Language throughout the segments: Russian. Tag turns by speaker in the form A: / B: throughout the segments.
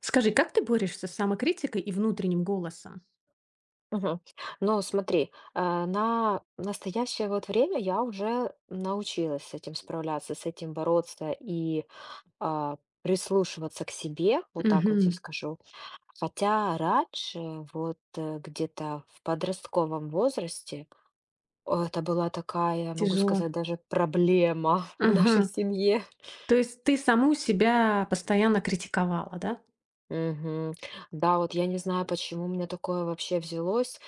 A: Скажи, как ты борешься с самокритикой и внутренним голосом?
B: Мгм. Ну, смотри, на настоящее вот время я уже научилась с этим справляться, с этим бороться и а, прислушиваться к себе, вот так вот я
A: Мгм.
B: скажу. Хотя раньше, вот где-то в подростковом возрасте, это была такая, могу
A: Тяжело.
B: сказать, даже проблема в нашей
A: Ага.
B: семье.
A: То есть ты саму себя постоянно критиковала, да?
B: Мгм. Да, вот я не знаю, почему у меня такое вообще взялось.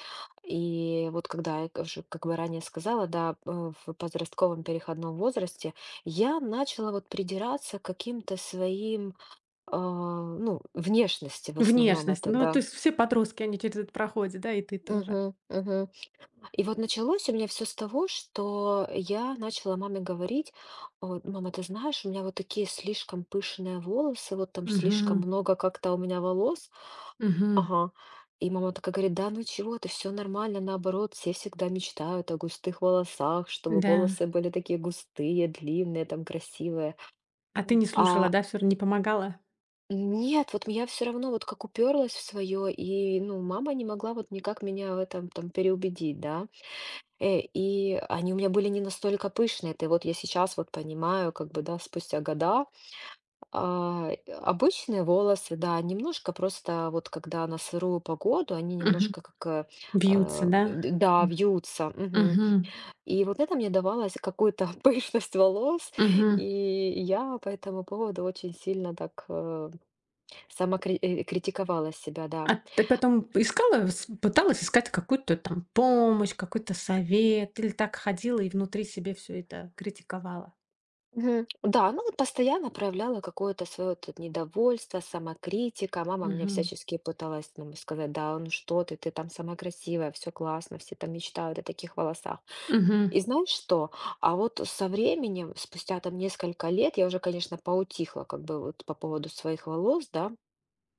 B: И вот когда я уже, как бы ранее сказала, да, в подростковом переходном возрасте я начала вот придираться к каким-то своим, ну, внешности в основном
A: Внешность.
B: это,
A: Ну, вот, то
B: да.
A: есть все подростки, они через это проходят, да, и ты тоже.
B: Мгм, мгм. И вот началось у меня все с того, что я начала маме говорить: «О, мама, ты знаешь, у меня вот такие слишком пышные волосы, вот там слишком
A: Мгм.
B: много как-то у меня волос».
A: Мгм.
B: Ага. И мама такая говорит: «Да ну чего ты, все нормально, наоборот, все всегда мечтают о густых волосах, чтобы
A: Да.
B: волосы были такие густые, длинные, там красивые».
A: А ты
B: М.
A: не слушала,
B: А
A: да, все равно не помогала?
B: нет, вот я все равно вот как уперлась в свое, и, ну, мама не могла вот никак меня в этом там переубедить, да. И они у меня были не настолько пышные. Это вот я сейчас вот понимаю, как бы, да, спустя года. Обычные волосы, да, немножко просто вот когда на сырую погоду, они
A: Мгм.
B: немножко как,
A: Бьются, да?
B: да,
A: М.
B: вьются. Мгм.
A: Мгм.
B: И вот это мне давалось какую-то пышность волос, и я по этому поводу очень сильно так самокритиковала себя, да.
A: А ты потом искала, с пыталась искать какую-то там помощь, какой-то совет или так ходила и внутри себе все это критиковала?
B: Мгм. Да, ну вот постоянно проявляла какое-то свое недовольство, самокритика. Мама мне
A: Мгм.
B: всячески пыталась, ну, сказать, да, ну что ты, ты там самая красивая, все классно, все там мечтают о таких волосах.
A: Мгм.
B: И знаешь что? А вот со временем, спустя там несколько лет, я уже, конечно, поутихла как бы вот по поводу своих волос, да,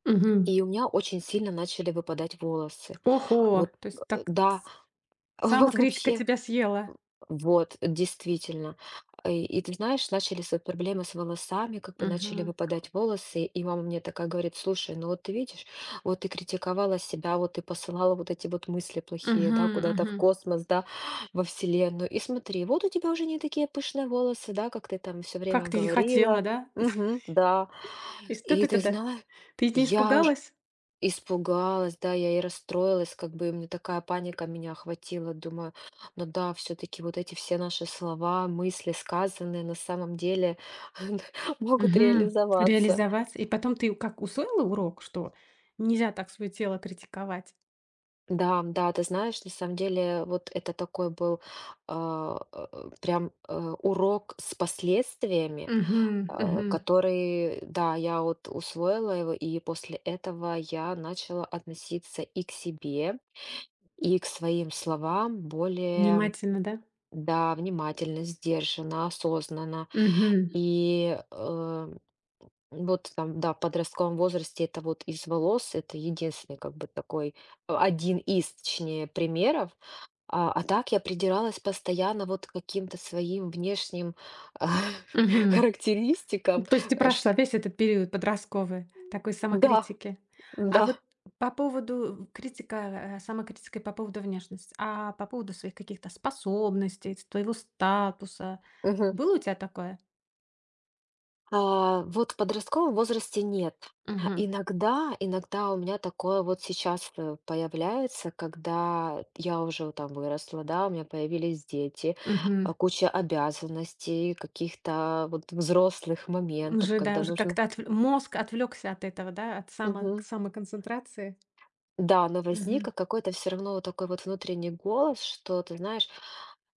A: Мгм.
B: и у меня очень сильно начали выпадать волосы.
A: Ого!
B: Вот,
A: То есть так
B: да,
A: ц
B: вот
A: самокритика
B: вообще
A: тебя съела.
B: вот, действительно. И ты знаешь, начались вот проблемы с волосами, как бы начали
A: Мгм.
B: выпадать волосы, и мама мне такая говорит: «Слушай, ну вот ты видишь, вот ты критиковала себя, вот ты посылала вот эти вот мысли плохие, да,
A: Мгм.
B: куда-то в
A: Мгм.
B: космос, да, во Вселенную, и смотри, вот у тебя уже не такие пышные волосы, да, как ты там все
A: Как
B: время
A: ты и хотела,
B: говорила».
A: да?
B: Мгм, да,
A: И что
B: и
A: ты
B: ты
A: тогда?
B: знаешь,
A: Ты не
B: я уже...
A: испугалась?
B: испугалась, да, я и расстроилась, как бы, и мне такая паника меня охватила. Думаю, ну да, все-таки вот эти все наши слова, мысли, сказанные на самом деле, могут
A: Мгм.
B: реализоваться.
A: Реализоваться. И потом ты как усвоила урок, что нельзя так свое тело критиковать?
B: Да, да, ты знаешь, на самом деле вот это такой был, прям урок с последствиями,
A: Мгм. Мгм.
B: который, да, я вот усвоила его, и после этого я начала относиться и к себе, и к своим словам более...
A: Внимательно, да?
B: Да, внимательно, сдержанно, осознанно.
A: Мгм.
B: И вот там, да, в подростковом возрасте это вот из волос, это единственный как бы такой, один из, точнее, примеров. А так я придиралась постоянно вот к каким-то своим внешним
A: Мгм. Ну,
B: характеристикам.
A: то есть ты
B: э,
A: прошла
B: ш-
A: весь этот период подростковый такой
B: Да,
A: самокритики. А
B: да.
A: вот по поводу самокритика по поводу внешности, а по поводу своих каких-то способностей, с твоего статуса,
B: Мгм.
A: было у тебя такое?
B: Вот в подростковом возрасте нет. А,
A: Мгм.
B: Иногда, иногда у меня такое вот сейчас появляется, когда я уже вот там выросла, да, у меня появились дети,
A: Мгм.
B: куча обязанностей, каких-то вот взрослых моментов,
A: Уже, да,
B: когда
A: уже
B: нужно.
A: как-то мозг отвлекся от этого, да, от самоконцентрации.
B: Да, но возник,
A: Мгм.
B: какой-то все равно вот такой вот внутренний голос, что ты знаешь: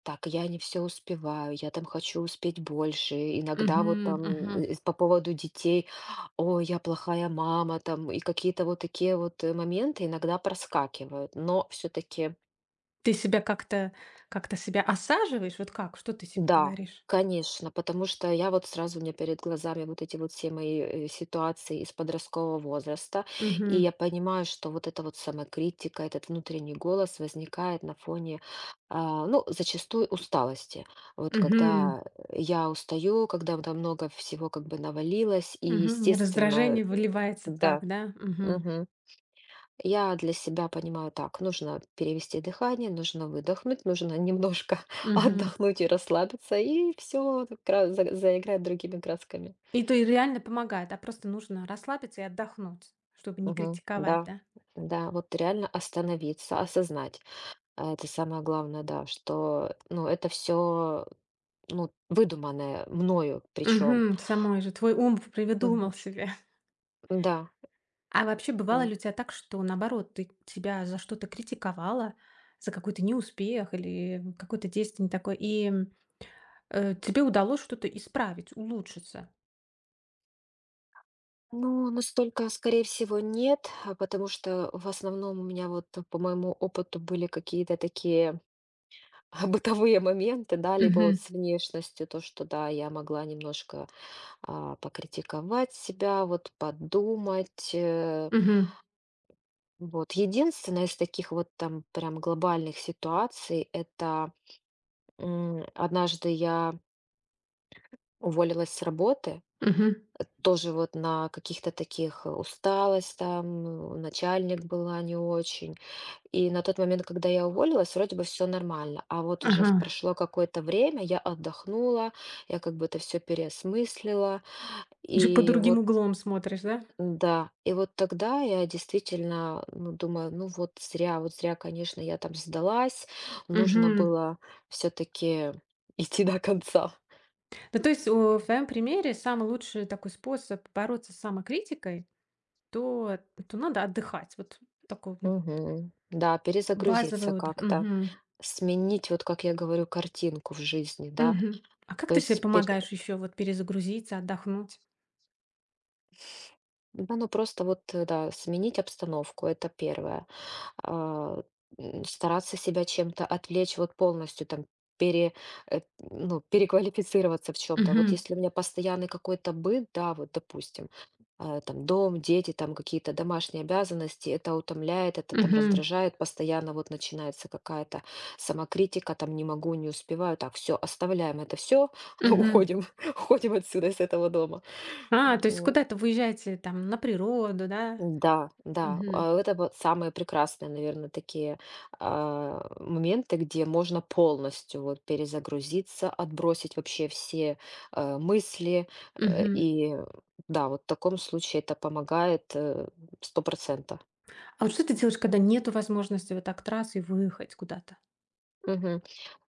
B: «Так, я не все успеваю, я там хочу успеть больше». Иногда вот
A: Мгм.
B: там,
A: Мгм.
B: по поводу детей: «О, я плохая мама», там, и какие-то вот такие вот, моменты иногда проскакивают. Но все таки
A: Ты себя как-то себя осаживаешь? Вот как? Что ты себе
B: Да,
A: говоришь?
B: конечно, потому что я вот сразу, у меня перед глазами вот эти вот все мои ситуации из подросткового возраста, и
A: Угу.
B: я понимаю, что вот эта вот самокритика, этот внутренний голос возникает на фоне, ну, зачастую усталости. Вот
A: Мгм.
B: когда я устаю, когда там много всего как бы навалилось, и
A: Мгм. И
B: естественно,
A: раздражение выливается так,
B: да,
A: да? Мгм.
B: мгм. Я для себя понимаю так: нужно перевести дыхание, нужно выдохнуть, нужно немножко
A: Мгм.
B: отдохнуть и расслабиться, и все заиграть другими красками.
A: И то и реально помогает, а просто нужно расслабиться и отдохнуть, чтобы не
B: Мгм.
A: критиковать,
B: Да,
A: да?
B: да, вот реально остановиться, осознать. А это самое главное, да, что, ну, это все, ну, выдуманное мною причем.
A: Угу. Самой же твой ум
B: Мгм.
A: придумал себе.
B: Да.
A: А вообще бывало
B: Да.
A: ли у тебя так, что наоборот, ты тебя за что-то критиковала, за какой-то неуспех или какое-то действие не такое, и тебе удалось что-то исправить, улучшиться?
B: Ну, настолько, скорее всего, нет, а потому что в основном у меня вот по моему опыту были какие-то такие бытовые моменты, да, либо вот
A: Угу,
B: с внешностью, то, что, да, я могла немножко покритиковать себя, вот подумать.
A: угу,
B: Вот. Единственное из таких вот там прям глобальных ситуаций, это, однажды я уволилась с работы,
A: угу.
B: тоже вот на каких-то таких, усталость там, начальник была не очень. И на тот момент, когда я уволилась, вроде бы все нормально. А вот уже
A: Ага.
B: прошло какое-то время, я отдохнула, я как бы это все переосмыслила.
A: Уже под
B: И
A: другим
B: вот,
A: углом смотришь, да?
B: да, и вот тогда я действительно, ну, думаю, ну вот зря, конечно, я там сдалась. Нужно
A: Угу.
B: было все-таки идти до конца.
A: Ну, то есть, о, в твоем примере самый лучший такой способ бороться с самокритикой, то то надо отдыхать. Вот такой вот
B: Мгм. Да,
A: базовый
B: перезагрузиться
A: отдых.
B: как-то,
A: Мгм.
B: сменить, вот как я говорю, картинку в жизни, да.
A: Мгм. А как
B: То
A: ты себе
B: есть
A: помогаешь еще вот перезагрузиться, отдохнуть?
B: да, ну просто вот, да, сменить обстановку, это первое. А, Стараться себя чем-то отвлечь, вот полностью там пере, ну, переквалифицироваться в чем-то. Вот
A: Мгм.
B: если у меня постоянный какой-то быт, да, вот допустим, там дом, дети, там какие-то домашние обязанности, это утомляет, это там
A: Мгм.
B: раздражает, постоянно вот начинается какая-то самокритика, там не могу, не успеваю, так, все, оставляем это все,
A: Мгм.
B: уходим, уходим отсюда, из этого дома.
A: А, то есть
B: Вот.
A: куда-то выезжаете там на природу, да?
B: Да, да,
A: Мгм.
B: это вот самые прекрасные, наверное, такие, моменты, где можно полностью вот перезагрузиться, отбросить вообще все мысли. э,
A: Мгм.
B: И да, вот в таком случае это помогает 100%.
A: А вот что ты делаешь, когда нету возможности вот так раз и выехать куда-то?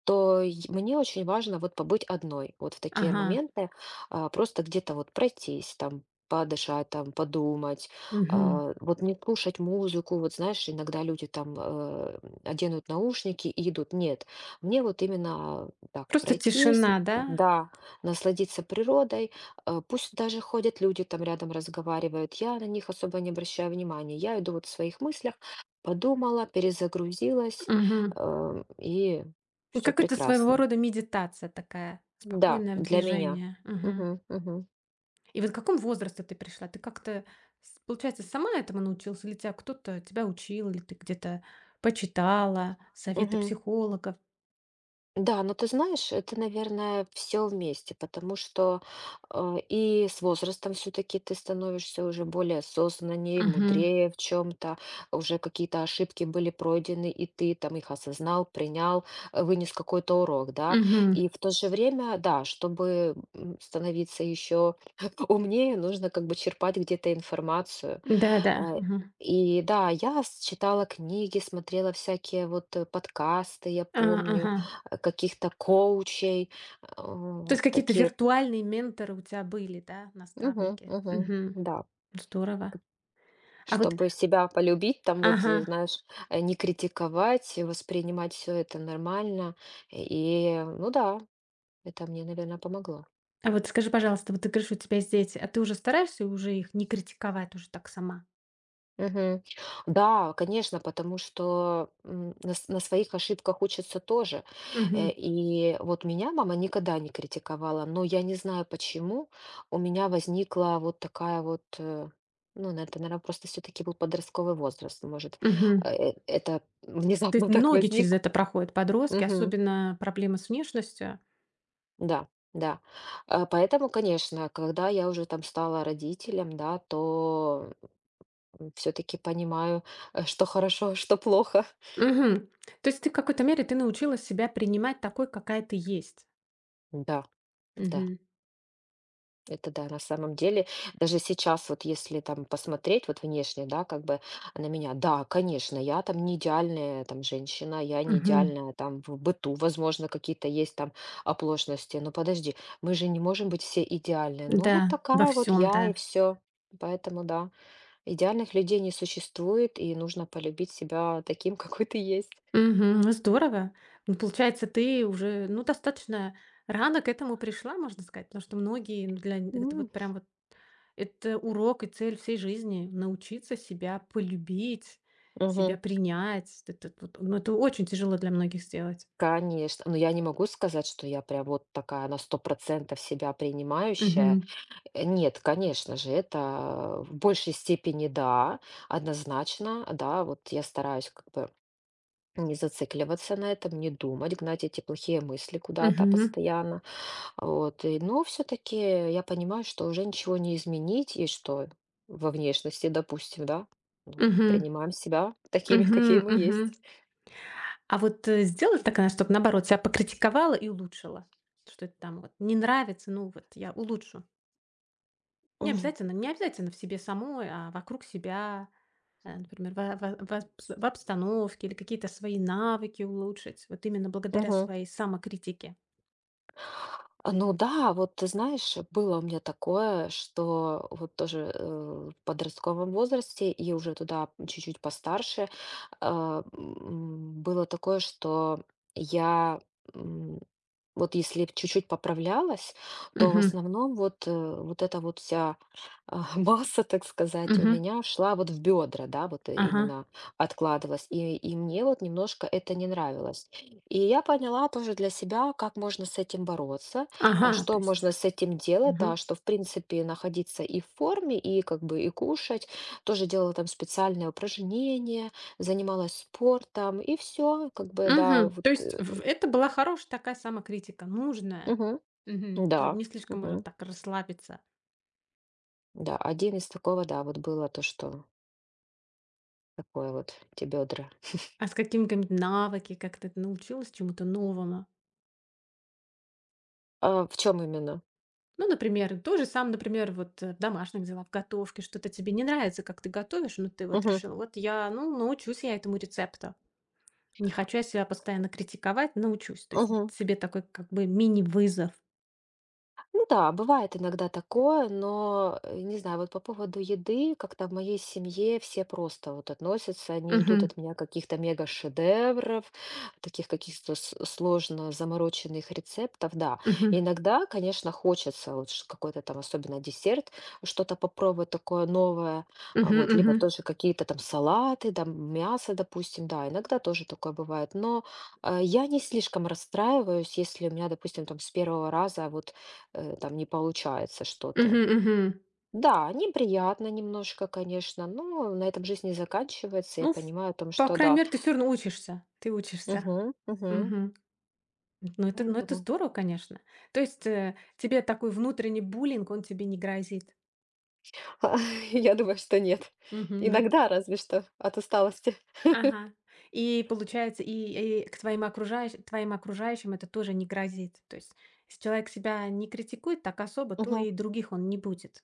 B: Мне очень важно вот побыть одной, вот в такие
A: Ага.
B: моменты, просто где-то вот пройтись там, подышать там, подумать,
A: Мгм.
B: вот не слушать музыку. Вот знаешь, иногда люди там оденут наушники и идут, нет, мне вот именно так
A: Просто
B: пройтись,
A: тишина, да?
B: да, насладиться природой, пусть даже ходят люди там рядом разговаривают, я на них особо не обращаю внимания, я иду вот в своих мыслях, подумала, перезагрузилась,
A: Мгм.
B: и
A: Ну,
B: все
A: как это, своего
B: прекрасно.
A: рода медитация такая,
B: Да,
A: спокойная в
B: для меня.
A: движении. Мгм.
B: Мгм, мгм,
A: И вот в каком возрасте ты пришла? Ты как-то, получается, сама этому научилась, или тебя кто-то тебя учил, или ты где-то почитала советы
B: мгм.
A: психологов?
B: Да, но ты знаешь, это, наверное, все вместе, потому что и с возрастом все-таки ты становишься уже более осознаннее,
A: Мгм.
B: мудрее в чем-то, уже какие-то ошибки были пройдены, и ты там их осознал, принял, вынес какой-то урок, да.
A: Мгм.
B: И в то же время, да, чтобы, становиться еще умнее, нужно как бы черпать где-то информацию.
A: Да-да.
B: Э,
A: Мгм.
B: И да, я читала книги, смотрела всякие вот подкасты, я
A: А,
B: помню,
A: Ага.
B: каких-то коучей,
A: То есть какие-то
B: такие,
A: виртуальные менторы у тебя были, да,
B: мгм,
A: наставники?
B: мгм,
A: Мгм.
B: да,
A: Здорово.
B: к-
A: А вот,
B: чтобы себя полюбить, там вот,
A: ага.
B: знаешь, не критиковать, воспринимать все это нормально. И, ну да, это мне, наверное, помогло.
A: А вот скажи, пожалуйста, вот ты говоришь, у тебя есть дети, а ты уже стараешься уже их не критиковать уже так сама?
B: Мгм. Да, конечно, потому что на своих ошибках учатся тоже. Э,
A: Мгм.
B: И вот меня мама никогда не критиковала, но я не знаю почему. У меня возникла вот такая вот, ну, на это, наверное, просто все-таки был подростковый возраст. Может,
A: Мгм.
B: это
A: То есть
B: внезапно так
A: многие через
B: возникло.
A: это проходят подростки,
B: Мгм.
A: особенно проблемы с внешностью.
B: Да, да. Поэтому, конечно, когда я уже там стала родителем, да, то все-таки понимаю, что хорошо, а что плохо.
A: Мгм. То есть ты в какой-то мере ты научилась себя принимать такой, какая ты есть.
B: Да, да,
A: Мгм.
B: это да. На самом деле, даже сейчас, вот если там посмотреть вот внешне, да, как бы на меня, да, конечно, я там не идеальная там женщина, я не
A: Мгм.
B: идеальная там в быту, возможно, какие-то есть там оплошности, но подожди, мы же не можем быть все идеальны. Ну
A: Да,
B: вот
A: во
B: такая вот
A: всем,
B: я, и
A: да.
B: все. Поэтому да, идеальных людей не существует, и нужно полюбить себя таким, какой ты есть.
A: Мгм. Здорово. Ну, получается, ты уже, ну, достаточно рано к этому пришла, можно сказать, потому что многие, ну, это вот прям вот это урок и цель всей жизни научиться себя полюбить, себя
B: Мгм.
A: принять. Это, вот, ну, это очень тяжело для многих сделать.
B: Конечно, но я не могу сказать, что я прям вот такая на 100% себя принимающая.
A: Мгм.
B: Нет, конечно же, это в большей степени да, однозначно, да. Вот я стараюсь как бы не зацикливаться на этом, не думать, гнать эти плохие мысли куда-то
A: Мгм.
B: постоянно. Вот, и, но все таки я понимаю, что уже ничего не изменить и что во внешности, допустим, да, ну,
A: Мгм.
B: принимаем себя такими,
A: Мгм.
B: какие мы
A: Мгм.
B: есть.
A: А вот, сделай так она, чтоб, наоборот, тя покритиковала и улучшила. Что это там вот не нравится, ну вот я улучшу. Не
B: Мгм.
A: обязательно не обязательно в себе самой, а вокруг себя, например, во во в обс в обстановке или какие-то свои навыки улучшить, вот именно благодаря
B: Мгм.
A: своей самокритике.
B: Ну да, вот ты знаешь, было у меня такое, что вот тоже, в подростковом возрасте и уже туда чуть-чуть постарше, было такое, что я, м, вот если б чуть-чуть поправлялась, то в
A: Мгм.
B: основном вот, вот эта вот вся, масса, так сказать, у
A: Мгм.
B: меня шла вот в бедра, да, вот
A: Ага.
B: именно откладывалась. И мне вот немножко это не нравилось. И я поняла тоже для себя, как можно с этим бороться. А
A: Ага, то
B: что
A: есть.
B: можно с этим делать,
A: Мгм.
B: да, что, в принципе, находиться и в форме, и как бы и кушать. Тоже делала там специальные упражнения, занималась спортом, и все, как бы, да,
A: Мгм.
B: вот,
A: То есть в это была хорошая такая самокритика, нужная.
B: мгм,
A: Мгм. Чтоб
B: да,
A: не слишком можно
B: мгм,
A: так расслабиться.
B: да, один из такого, да, вот было то, что такое вот эти бедра.
A: А с какими-нибудь навыки, как ты научилась чему-то новому?
B: В чем именно?
A: Ну, например, например, вот в домашних делах, в готовке, что-то тебе не нравится, как ты готовишь, но ты вот
B: Мгм,
A: решила, вот я, ну, научусь я этому рецепту. Не хочу я себя постоянно критиковать, научусь. То есть
B: мгм.
A: себе такой как бы мини-вызов.
B: Ну да, бывает иногда такое, но не знаю, вот по поводу еды, как-то в моей семье все просто вот относятся, не ждут
A: Мгм.
B: от меня каких-то мега-шедевров, таких каких-то сложно замороченных рецептов, да.
A: Мгм.
B: Иногда, конечно, хочется вот какой-то там, особенно десерт, что-то попробовать такое новое,
A: Мгм.
B: вот, либо
A: Мгм.
B: тоже какие-то там салаты, там мясо, допустим, да, иногда тоже такое бывает, но я не слишком расстраиваюсь, если у меня, допустим, там с первого раза вот там не получается что-то.
A: Мгм. Мгм.
B: Да, неприятно немножко, конечно, но на этом жизнь не заканчивается. Я
A: Ну, ф
B: понимаю о том,
A: по
B: что
A: крайней
B: да.
A: мере, ты все равно учишься. Ты учишься.
B: Мгм, мгм.
A: Мгм. Ну, это, ну, это
B: Поэтому
A: здорово, конечно. То есть, тебе такой внутренний буллинг, он тебе не грозит.
B: я думаю, что нет.
A: Мгм. Ну, эт
B: Иногда разве что от усталости.
A: ага. И получается, и к твоим окружающим это тоже не грозит. То есть, если человек себя не критикует так особо, то
B: Мгм.
A: и других он не будет.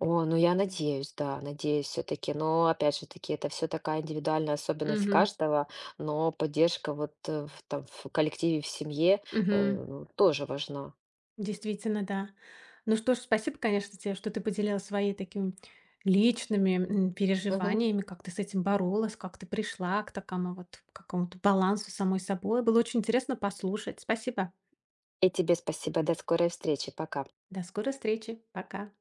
B: О, ну я надеюсь, да, надеюсь все-таки. Но опять же таки, это все такая индивидуальная особенность
A: Мгм.
B: каждого, но поддержка вот в, там, в коллективе, в семье,
A: Мгм.
B: э, ну, тоже важна.
A: Действительно, да. Ну что ж, спасибо, конечно, тебе, что ты поделилась своими такими личными
B: Мгм.
A: переживаниями, как ты с этим боролась, как ты пришла к такому вот какому-то балансу самой собой. Было очень интересно послушать. Спасибо.
B: И тебе спасибо, до скорой встречи, пока.
A: До скорой встречи. Пока.